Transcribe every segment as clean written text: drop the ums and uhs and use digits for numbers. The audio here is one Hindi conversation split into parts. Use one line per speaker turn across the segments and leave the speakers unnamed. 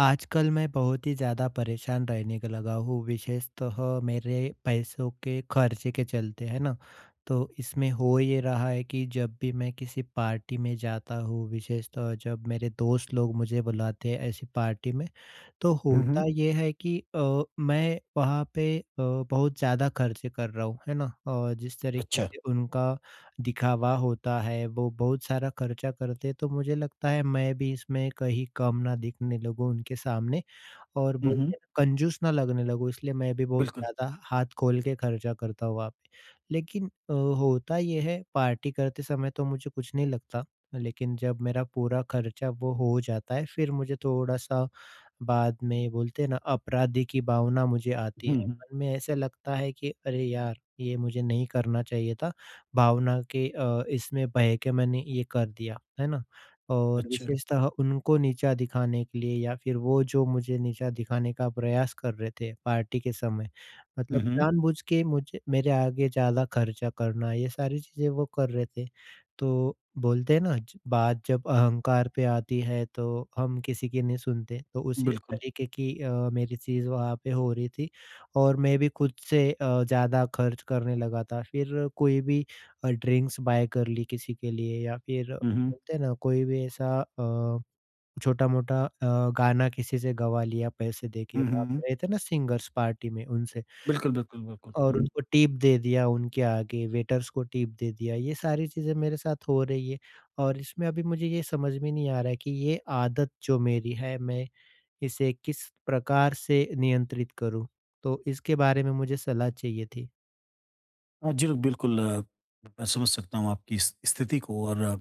आजकल मैं बहुत ही ज़्यादा परेशान रहने का लगा हूँ, विशेषतः मेरे पैसों के खर्चे के चलते, है ना। तो इसमें हो ये रहा है कि जब भी मैं किसी पार्टी में जाता हूँ, विशेषतः जब मेरे दोस्त लोग मुझे बुलाते हैं ऐसी पार्टी में, तो
हुँ, हुँ।
होता ये है कि मैं वहाँ पे बहुत ज़्यादा खर्चे कर रहा हूँ, है ना। और जिस तरीके
अच्छा।
से उनका दिखावा होता है, वो बहुत सारा खर्चा करते हैं, तो मुझे लगता है मैं भी इसमें कहीं कम ना दिखने लगूँ उनके सामने। और
हुँ, हुँ।
बोलते हैं ना, कंजूस ना लगने लगो, इसलिए मैं भी बहुत
बिल्कुल।
ज़्यादा हाथ खोल के खर्चा करता हूँ वहाँ पे। लेकिन होता ये है पार्टी करते समय तो मुझे कुछ नहीं लगता, लेकिन जब मेरा पूरा खर्चा वो हो जाता है फिर मुझे थोड़ा-सा बाद में, बोलते हैं ना, अपराधी की भावना मुझे आती
हुँ,
है।
हुँ।
मन में ऐसे लगता है कि अरे यार! ये मुझे नहीं करना चाहिए था, भावना के इसमें बह के मैंने ये कर दिया, है ना? और
अच्छा।
विशेषतः उनको नीचा दिखाने के लिए, या फिर वो जो मुझे नीचा दिखाने का प्रयास कर रहे थे पार्टी के समय।
हुँ,
मतलब
हुँ।
जानबूझ के मुझे मेरे आगे ज़्यादा खर्चा करना, ये सारी चीज़ें वो कर रहे थे। तो बोलते हैं ना, ज बात जब अहंकार पे आती है तो हम किसी की नहीं सुनते। तो उसी
बिल्कुल।
तरीके की मेरी चीज़ वहाँ पे हो रही थी, और मैं भी खुद से ज़्यादा खर्च करने लगा था। फिर कोई भी ड्रिंक्स बाय कर ली किसी के लिए, या फिर
हुँ, हुँ।
बोलते हैं ना, कोई भी ऐसा छोटा-मोटा गाना किसी से गवा लिया पैसे देके,
हुँ,
वहाँ
हुँ।
पे रहते हैं ना सिंगर्स पार्टी में, उनसे।
बिल्कुल, बिल्कुल, बिल्कुल।
और
हुँ।
उनको टिप दे दिया उनके आगे, वेटर्स को टिप दे दिया, ये सारी चीज़ें मेरे साथ हो रही है। और इसमें अभी मुझे ये समझ में नहीं आ रहा है कि ये आदत जो मेरी है, मैं इसे किस प्रकार से नियंत्रित करूँ? तो इसके बारे में मुझे सलाह चाहिए थी।
हाँ जी, बिल्कुल मैं समझ सकता हूँ आपकी इस स्थिति को और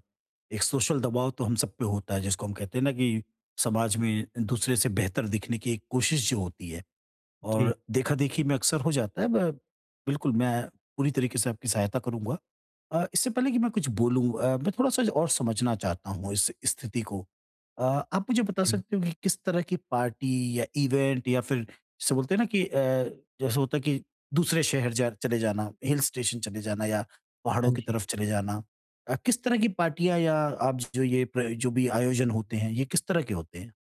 एक सोशल दबाव तो हम सब पे होता है जिसको हम कहते हैं ना कि समाज में दूसरे से बेहतर दिखने की एक कोशिश जो होती है
जी।
और देखा-देखी में अक्सर हो जाता है। ब बिल्कुल मैं पूरी तरीके से आपकी सहायता करूँगा। इससे पहले कि मैं कुछ बोलूँ मैं थोड़ा-सा और समझना चाहता हूँ इस स्थिति को। अ, आप मुझे बता
जी, जी।
सकते हो कि किस तरह की पार्टी या इवेंट या फिर जैसे बोलते हैं ना कि जैसे होता है कि दूसरे शहर जा चले जाना, हिल स्टेशन चले जाना या पहाड़ों
हाँ
की
जी।
तरफ चले जाना। किस तरह की पार्टियाँ या आप जो ये प्र जो भी आयोजन होते हैं, ये किस तरह के होते हैं?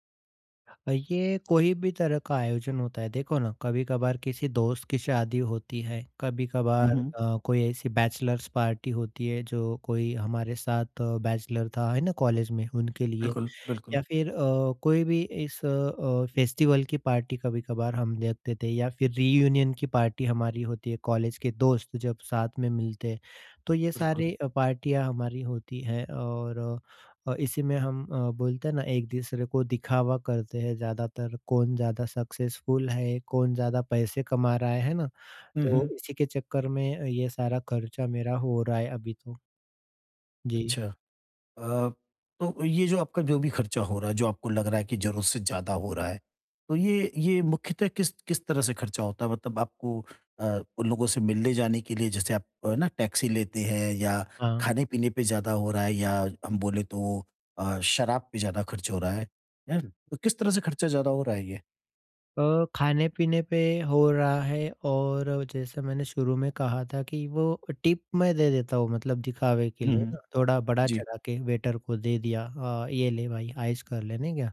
ये कोई भी तरह का आयोजन होता है। देखो ना, कभी कभार किसी दोस्त की शादी होती है, कभी
हुँ,
कभार
हुँ।
कोई ऐसी बैचलर्स पार्टी होती है जो कोई हमारे साथ बैचलर था, है ना, कॉलेज में, उनके लिए।
बिल्कुल, बिल्कुल,
या फिर कोई भी इस फेस्टिवल की पार्टी कभी-कभार हम देखते थे, या फिर रीयूनियन की पार्टी हमारी होती है कॉलेज के दोस्त जब साथ में मिलते हैं। तो ये
बिल्कुल।
सारी पार्टियाँ हमारी होती हैं, और इसी में हम बोलते हैं ना, एक-दूसरे को दिखावा करते हैं ज़्यादातर, कौन ज़्यादा सक्सेसफुल है, कौन ज़्यादा पैसे कमा रहा है ना?
हुँ,
तो
हुँ।
इसी के चक्कर में ये सारा खर्चा मेरा हो रहा है अभी तो। जी,
अच्छा। अ, तो ये जो आपका जो भी खर्चा हो रहा है, जो आपको लग रहा है कि ज़रूरत से ज़्यादा हो रहा है, तो ये मुख्यतः किस किस तरह से खर्चा होता है? मतलब आपको अ, उन लोगों से मिलने जाने के लिए जैसे आप ना टैक्सी लेते हैं या
हाँ।
खाने-पीने पे ज़्यादा हो रहा है या हम बोले तो शराब पे ज़्यादा खर्च हो रहा है ना? तो किस तरह से खर्चा ज़्यादा हो रहा है ये?
खाने-पीने पे हो रहा है, और जैसे मैंने शुरू में कहा था कि वो टिप मैं दे देता हूँ, मतलब दिखावे के
हुँ,
लिए ना,
हुँ।
थोड़ा
जी।
बढ़ा-चढ़ा के वेटर को दे दिया, "ये ले भाई आइस कर लेने क्या?"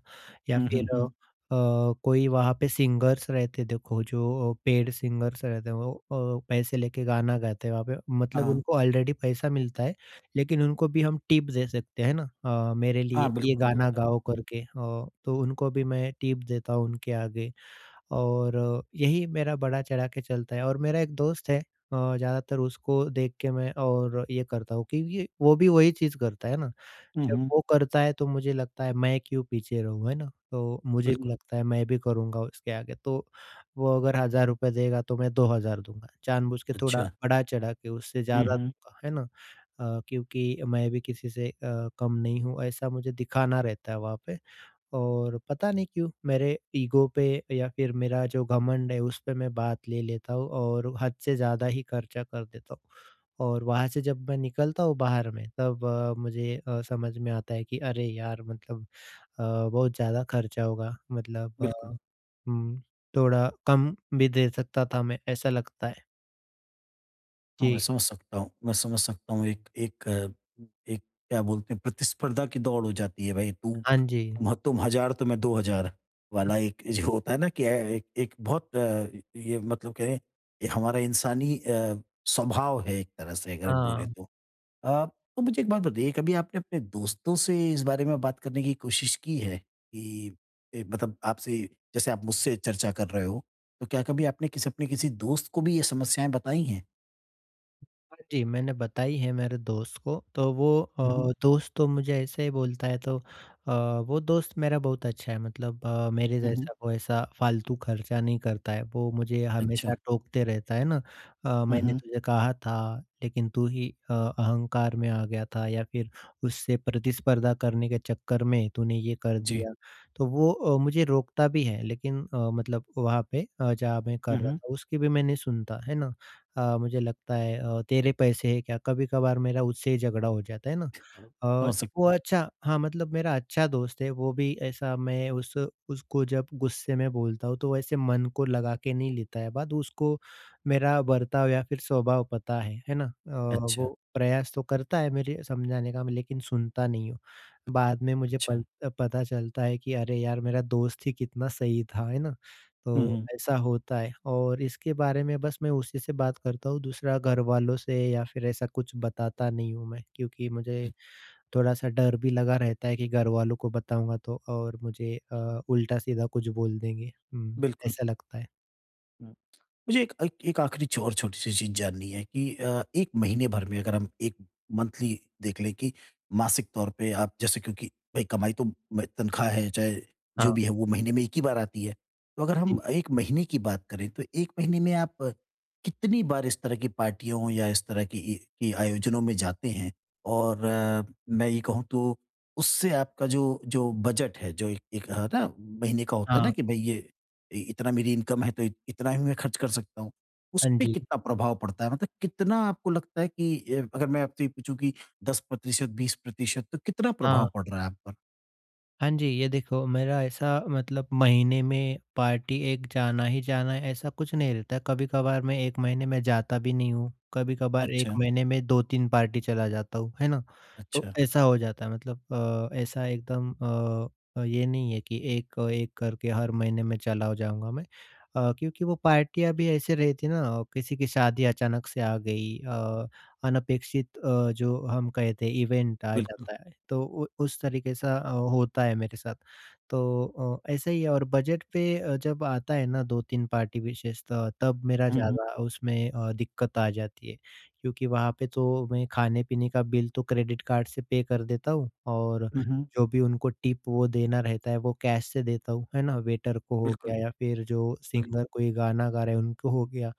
या
हुँ, हुँ,
फिर
हुँ।
अ, कोई वहाँ पे सिंगर्स रहते, देखो जो पेड सिंगर्स रहते हैं, वो पैसे लेके गाना गाते हैं वहाँ पे, मतलब
हाँ।
उनको ऑलरेडी पैसा मिलता है, लेकिन उनको भी हम टिप दे सकते हैं ना, मेरे लिए
हाँ,
ये
बिल्कुल
गाना
होता है।
गाओ
हुँ,
करके। तो उनको भी मैं टिप देता हूँ उनके आगे। और यही मेरा बढ़ा चढ़ा के चलता है। और मेरा एक दोस्त है, ज़्यादातर उसको देख के मैं और ये करता हूँ, क्योंकि वो भी वही चीज़ करता है ना।
हुँ,
जब
हुँ,
वो करता है तो मुझे लगता है मैं क्यों पीछे रहूँ, है ना? तो मुझे भी
बिल्कुल।
लगता है मैं भी करूँगा उसके आगे, तो वो अगर ₹1000 देगा तो मैं 2000 दूँगा। जानबूझ के थोड़ा
अच्छा।
बढ़ा चढ़ा के उससे
हुँ,
ज़्यादा
हुँ,
दूँगा, है ना? क्योंकि मैं भी किसी से कम नहीं हूँ, ऐसा मुझे दिखाना रहता है वहाँ पे। और पता नहीं क्यों मेरे ईगो पे या फिर मेरा जो घमंड है उस पे मैं बात ले लेता हूँ, और हद से ज़्यादा ही खर्चा कर देता हूँ। और वहाँ से जब मैं निकलता हूँ बाहर में, तब मुझे समझ में आता है कि अरे यार, मतलब अ, बहुत ज़्यादा खर्चा होगा, मतलब
बिल्कुल।
हुँ, थोड़ा कम भी दे सकता था मैं, ऐसा लगता है।
हाँ, मैं
जी,
समझ सकता हूँ, मैं समझ सकता हूँ एक एक एक क्या बोलते हैं प्रतिस्पर्धा की दौड़ हो जाती है भाई तू
हाँ जी।
तुम 1000 तो मैं 2000 वाला एक जो होता है ना कि एक एक बहुत ये मतलब कहें ये हमारा इंसानी स्वभाव है एक तरह से अगर हम बोले
हाँ।
तो। अ, तो मुझे एक बात बताइए कभी आपने अपने दोस्तों से इस बारे में बात करने की कोशिश की है कि ए, मतलब आपसे जैसे आप मुझसे चर्चा कर रहे हो, तो क्या कभी आपने किसी अपने किसी दोस्त को भी ये समस्याएँ बताई हैं?
हाँ जी, मैंने बताई है मेरे दोस्त को, तो वो हुँ। दोस्त तो मुझे ऐसे ही बोलता है, तो अ, वो दोस्त मेरा बहुत अच्छा है, मतलब मेरे
हुँ, हुँ।
जैसा वो ऐसा फ़ालतू खर्चा नहीं करता है, वो मुझे
अच्छा।
हमेशा टोकते रहता है ना,
हुँ,
मैंने
हुँ।
तुझे कहा था, लेकिन तू ही अहंकार में आ गया था या फिर उससे प्रतिस्पर्धा करने के चक्कर में तूने ये कर
जी।
दिया। तो वो मुझे रोकता भी है, लेकिन मतलब वहाँ पे जहाँ मैं कर
हुँ,
रहा
हुँ।
था उसकी भी मैं नहीं सुनता, है ना? मुझे लगता है तेरे पैसे है क्या? कभी-कभार मेरा उससे ही झगड़ा हो जाता है ना।
अ,
अ,
समझ सकता
वो
हूँ।
अच्छा हाँ, मतलब मेरा अच्छा दोस्त है, वो भी ऐसा, मैं उस उसको जब गुस्से में बोलता हूँ, तो वैसे मन को लगा के नहीं लेता है बात, उसको मेरा बर्ताव या फिर स्वभाव पता है ना?
अच्छा,
वो प्रयास तो करता है मेरे समझाने का, लेकिन सुनता नहीं हूँ। बाद में मुझे
अच्छा।
पल पता चलता है कि अरे यार, मेरा दोस्त ही कितना सही था, है ना?
हुँ,
तो
हुँ।
ऐसा होता है, और इसके बारे में बस मैं उसी से बात करता हूँ, दूसरा घरवालों से या फिर ऐसा कुछ बताता नहीं हूँ मैं, क्योंकि मुझे थोड़ा-सा डर भी लगा रहता है कि घरवालों को बताऊँगा तो और मुझे उल्टा-सीधा कुछ बोल देंगे। हुँ,
बिल्कुल।
ऐसा लगता है।
हुँ। मुझे एक एक एक आखिरी च और छोटी-सी चीज़ जाननी है कि 1 महीने भर में अगर हम एक मंथली देख लें कि मासिक तौर पे आप जैसे क्योंकि भई कमाई तो म तनख्वाह है, चाहे
हाँ
जो भी है वो महीने में 1 ही बार आती है। तो अगर हम
जी।
1 महीने की बात करें तो 1 महीने में आप कितनी बार इस तरह की पार्टियों या इस तरह की आयोजनों में जाते हैं? और मैं ये कहूँ तो उससे आपका जो जो बजट है, जो एक एक है ना महीने का होता है ना
हाँ।
कि भई ये इ इतना मेरी इनकम है तो इत इतना ही मैं खर्च कर सकता हूँ।
हाँ
उसपे
जी।
कितना प्रभाव पड़ता है? मतलब कितना आपको लगता है कि अगर मैं आपसे ये पूछूँ कि 10% 20% तो कितना प्रभाव
हाँ।
पड़ रहा है आप पर?
हाँ जी, ये देखो मेरा ऐसा, मतलब महीने में पार्टी एक जाना ही जाना है ऐसा कुछ नहीं रहता है। कभी-कभार मैं 1 महीने में जाता भी नहीं हूँ, कभी-कभार 1
अच्छा,
महीने में 2-3 पार्टी चला जाता हूँ, है ना? तो
अच्छा,
ऐसा हो जाता है, मतलब ऐसा एकदम ये नहीं है कि एक-एक करके हर महीने में चला जाऊँगा मैं। क्योंकि वो पार्टियाँ भी ऐसे रहती है ना, किसी की शादी अचानक से आ गई, अनपेक्षित, जो हम कहते हैं इवेंट आ
बिल्कुल।
जाता है। तो उ उस तरीके सा होता है मेरे साथ। तो ऐसा ही है, और बजट पे, जब आता है ना 2-3 पार्टी विशेषतः, तब मेरा
हुँ, हुँ।
ज़्यादा उसमें दिक्कत आ जाती है। क्योंकि वहाँ पे तो मैं खाने-पीने का बिल तो क्रेडिट कार्ड से पे कर देता हूँ, और
हुँ, हुँ।
जो भी उनको टिप वो देना रहता है वो कैश से देता हूँ, है ना? वेटर को हो
बिल्कुल,
गया या फिर जो सिंगर
बिल्कुल।
कोई गाना गा रहे हैं उनको हो गया,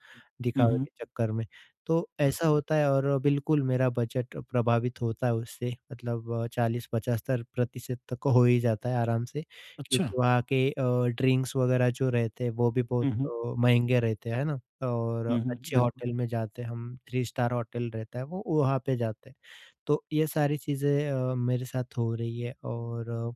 हुँ,
दिखावे
हुँ,
के चक्कर में। तो ऐसा
बिल्कुल।
होता है, और बिल्कुल मेरा बजट प्रभावित होता है उससे, मतलब 40-75% तक हो ही जाता है आराम से,
अच्छा।
क्योंकि वहाँ के ड्रिंक्स वगैरह जो रहते हैं वो भी बहुत
हुँ, हुँ।
महँगे रहते हैं, है ना? और
हुँ, हुँ।
अच्छे
बिल्कुल,
होटल में जाते हैं हम, 3 स्टार होटल रहता है, वो वहाँ पे जाते हैं। तो ये सारी चीज़ें मेरे साथ हो रही है, और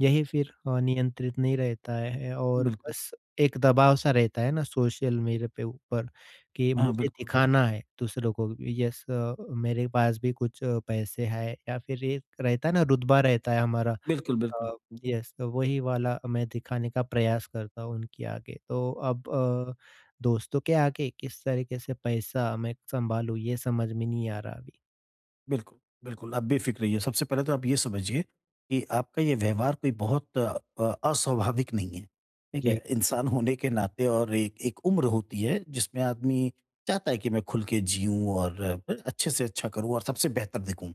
यही फिर नियंत्रित नहीं रहता है, और
बिल्कुल।
बस एक दबाव सा रहता है ना सोशल मीडिया पे ऊपर, कि
हाँ,
मुझे
बिल्कुल।
दिखाना है दूसरों को भी, यस, मेरे पास भी कुछ पैसे हैं, या फिर एक रहता है ना रुतबा, रहता है हमारा।
बिल्कुल, बिल्कुल।
अ, यस, तो वही वाला मैं दिखाने का प्रयास करता हूँ उनके आगे। तो अब दोस्तों के आगे किस तरीके से पैसा मैं संभालूँ, ये समझ में नहीं आ रहा अभी।
बिल्कुल, बिल्कुल, आप बेफ़िक्र रहिए। सबसे पहले तो आप ये समझिए कि आपका ये व्यवहार कोई बहुत अ, अस्वाभाविक नहीं है, ठीक
जी।
है? इंसान होने के नाते और एक एक उम्र होती है जिसमें आदमी चाहता है कि मैं खुल के जिऊँ और अच्छे से अच्छा करूँ और सबसे बेहतर दिखूँ।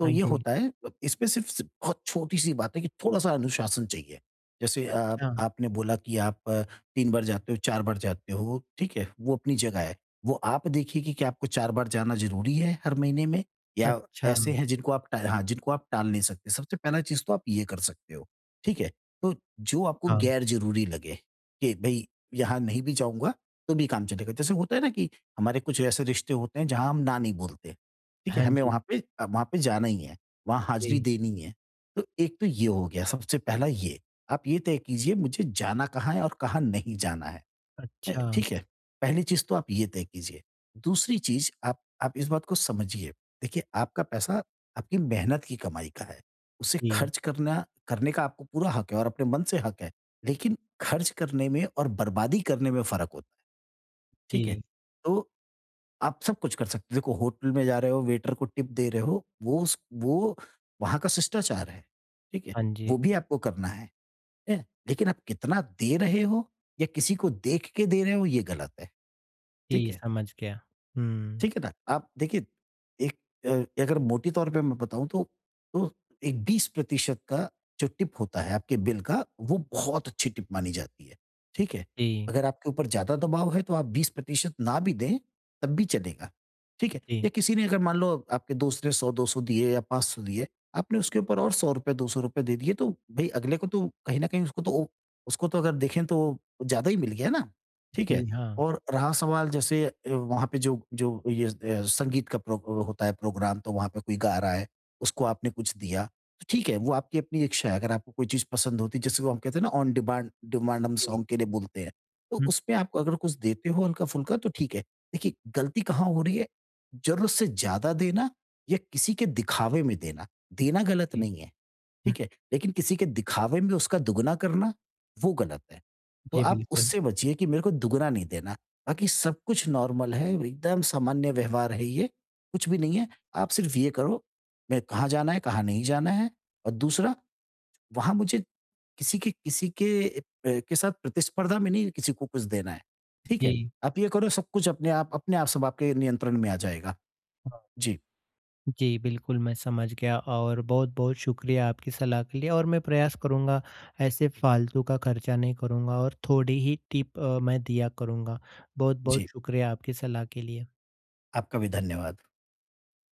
तो
हाँ
ये
जी।
होता है इसमें सिर्फ़ सिर्फ़ बहुत छोटी-सी बात है कि थोड़ा-सा अनुशासन चाहिए। जैसे
अच्छा,
आपने बोला कि आप 3 बार जाते हो, 4 बार जाते हो, ठीक है? वो अपनी जगह है। वो आप देखिए कि क्या आपको 4 बार जाना ज़रूरी है हर महीने में? या
अच्छा,
ऐसे हैं जिनको आप टा हाँ, जिनको आप टाल नहीं सकते। सबसे पहला चीज़ तो आप ये कर सकते हो, ठीक है? तो जो आपको
हाँ।
गैर ज़रूरी लगे कि भई यहाँ नहीं भी जाऊँगा, तो भी काम चलेगा। जैसे होता है ना कि हमारे कुछ ऐसे रिश्ते होते हैं जहाँ हम ना नहीं बोलते, ठीक है?
हाँ
हमें
जी,
वहाँ पे जाना ही है, वहाँ हाज़िरी
जी।
देनी है। तो एक तो ये हो गया सबसे पहला ये। आप ये तय कीजिए मुझे जाना कहाँ है और कहाँ नहीं जाना है।
अच्छा,
ठीक है, पहली चीज़ तो आप ये तय कीजिए। दूसरी चीज़ आप इस बात को समझिए, देखिए आपका पैसा आपकी मेहनत की कमाई का है। उसे
जी,
खर्च करना करने का आपको पूरा हक है और अपने मन से हक है, लेकिन खर्च करने में और बर्बादी करने में फ़र्क होता है, ठीक है?
जी।
तो आप सब कुछ कर सकते हो, देखो होटल में जा रहे हो, वेटर को टिप दे रहे हो, वो वहाँ का शिष्टाचार है, ठीक है?
हाँ जी,
वो भी आपको करना है, हैं? लेकिन आप कितना दे रहे हो या किसी को देख के दे रहे हो, ये गलत है। ठीक
जी,
है,
समझ गया। हुँ,
ठीक है ना? आप देखिए एक अगर मोटे तौर पे मैं बताऊँ तो एक 20% का जो टिप होता है आपके बिल का, वो बहुत अच्छी टिप मानी जाती है, ठीक है?
जी,
अगर आपके ऊपर ज़्यादा दबाव है तो आप 20% ना भी दें, तब भी चलेगा, ठीक है? या
जी,
किसी ने अगर मान लो आपके दोस्त ने 100-200 दिए या 500 दिए, आपने उसके ऊपर और ₹100 ₹200 दे दिए तो भई अगले को तो कहीं न कहीं उसको तो ओ उसको तो अगर देखें तो ज़्यादा ही मिल गया ना, ठीक
जी,
है?
हाँ,
और रहा सवाल जैसे वहाँ पे जो जो ये संगीत का प्रो होता है प्रोग्राम तो वहाँ पे कोई गा रहा है, उसको आपने कुछ दिया, तो ठीक है, वो आपकी अपनी इच्छा है अगर आपको कोई चीज़ पसंद होती है जैसे वो हम कहते हैं ना ऑन डिमांड डिमांड हम
जी।
सॉन्ग के लिए बोलते हैं, तो
हुँ,
उसमें आप अगर कुछ देते हो हल्का-फुल्का तो ठीक है। देखिए गलती कहाँ हो रही है, ज़रूरत से ज़्यादा देना या किसी के दिखावे में देना, देना गलत
जी,
नहीं है।
हुँ,
ठीक है? लेकिन किसी के दिखावे में उसका दुगुना करना, वो गलत है। तो
जी,
आप
बिल्कुल।
उससे बचिए कि मेरे को दुगुना नहीं देना। बाकी सब कुछ नॉर्मल है, एकदम सामान्य व्यवहार है ये, कुछ भी नहीं है। आप सिर्फ़ ये करो, मैं कहाँ जाना है, कहाँ नहीं जाना है और दूसरा वहाँ मुझे किसी के साथ प्रतिस्पर्धा में नहीं किसी को कुछ देना है। ठीक है?
जी,
आप ये करो सब कुछ अपने आप सब आपके नियंत्रण में आ जाएगा।
हाँ,
जी,
जी, बिल्कुल मैं समझ गया, और बहुत-बहुत शुक्रिया आपकी सलाह के लिए, और मैं प्रयास करूँगा ऐसे फ़ालतू का खर्चा नहीं करूँगा, और थोड़ी ही टिप मैं दिया करूँगा।
जी।
बहुत-बहुत शुक्रिया आपकी सलाह के लिए।
आपका भी धन्यवाद।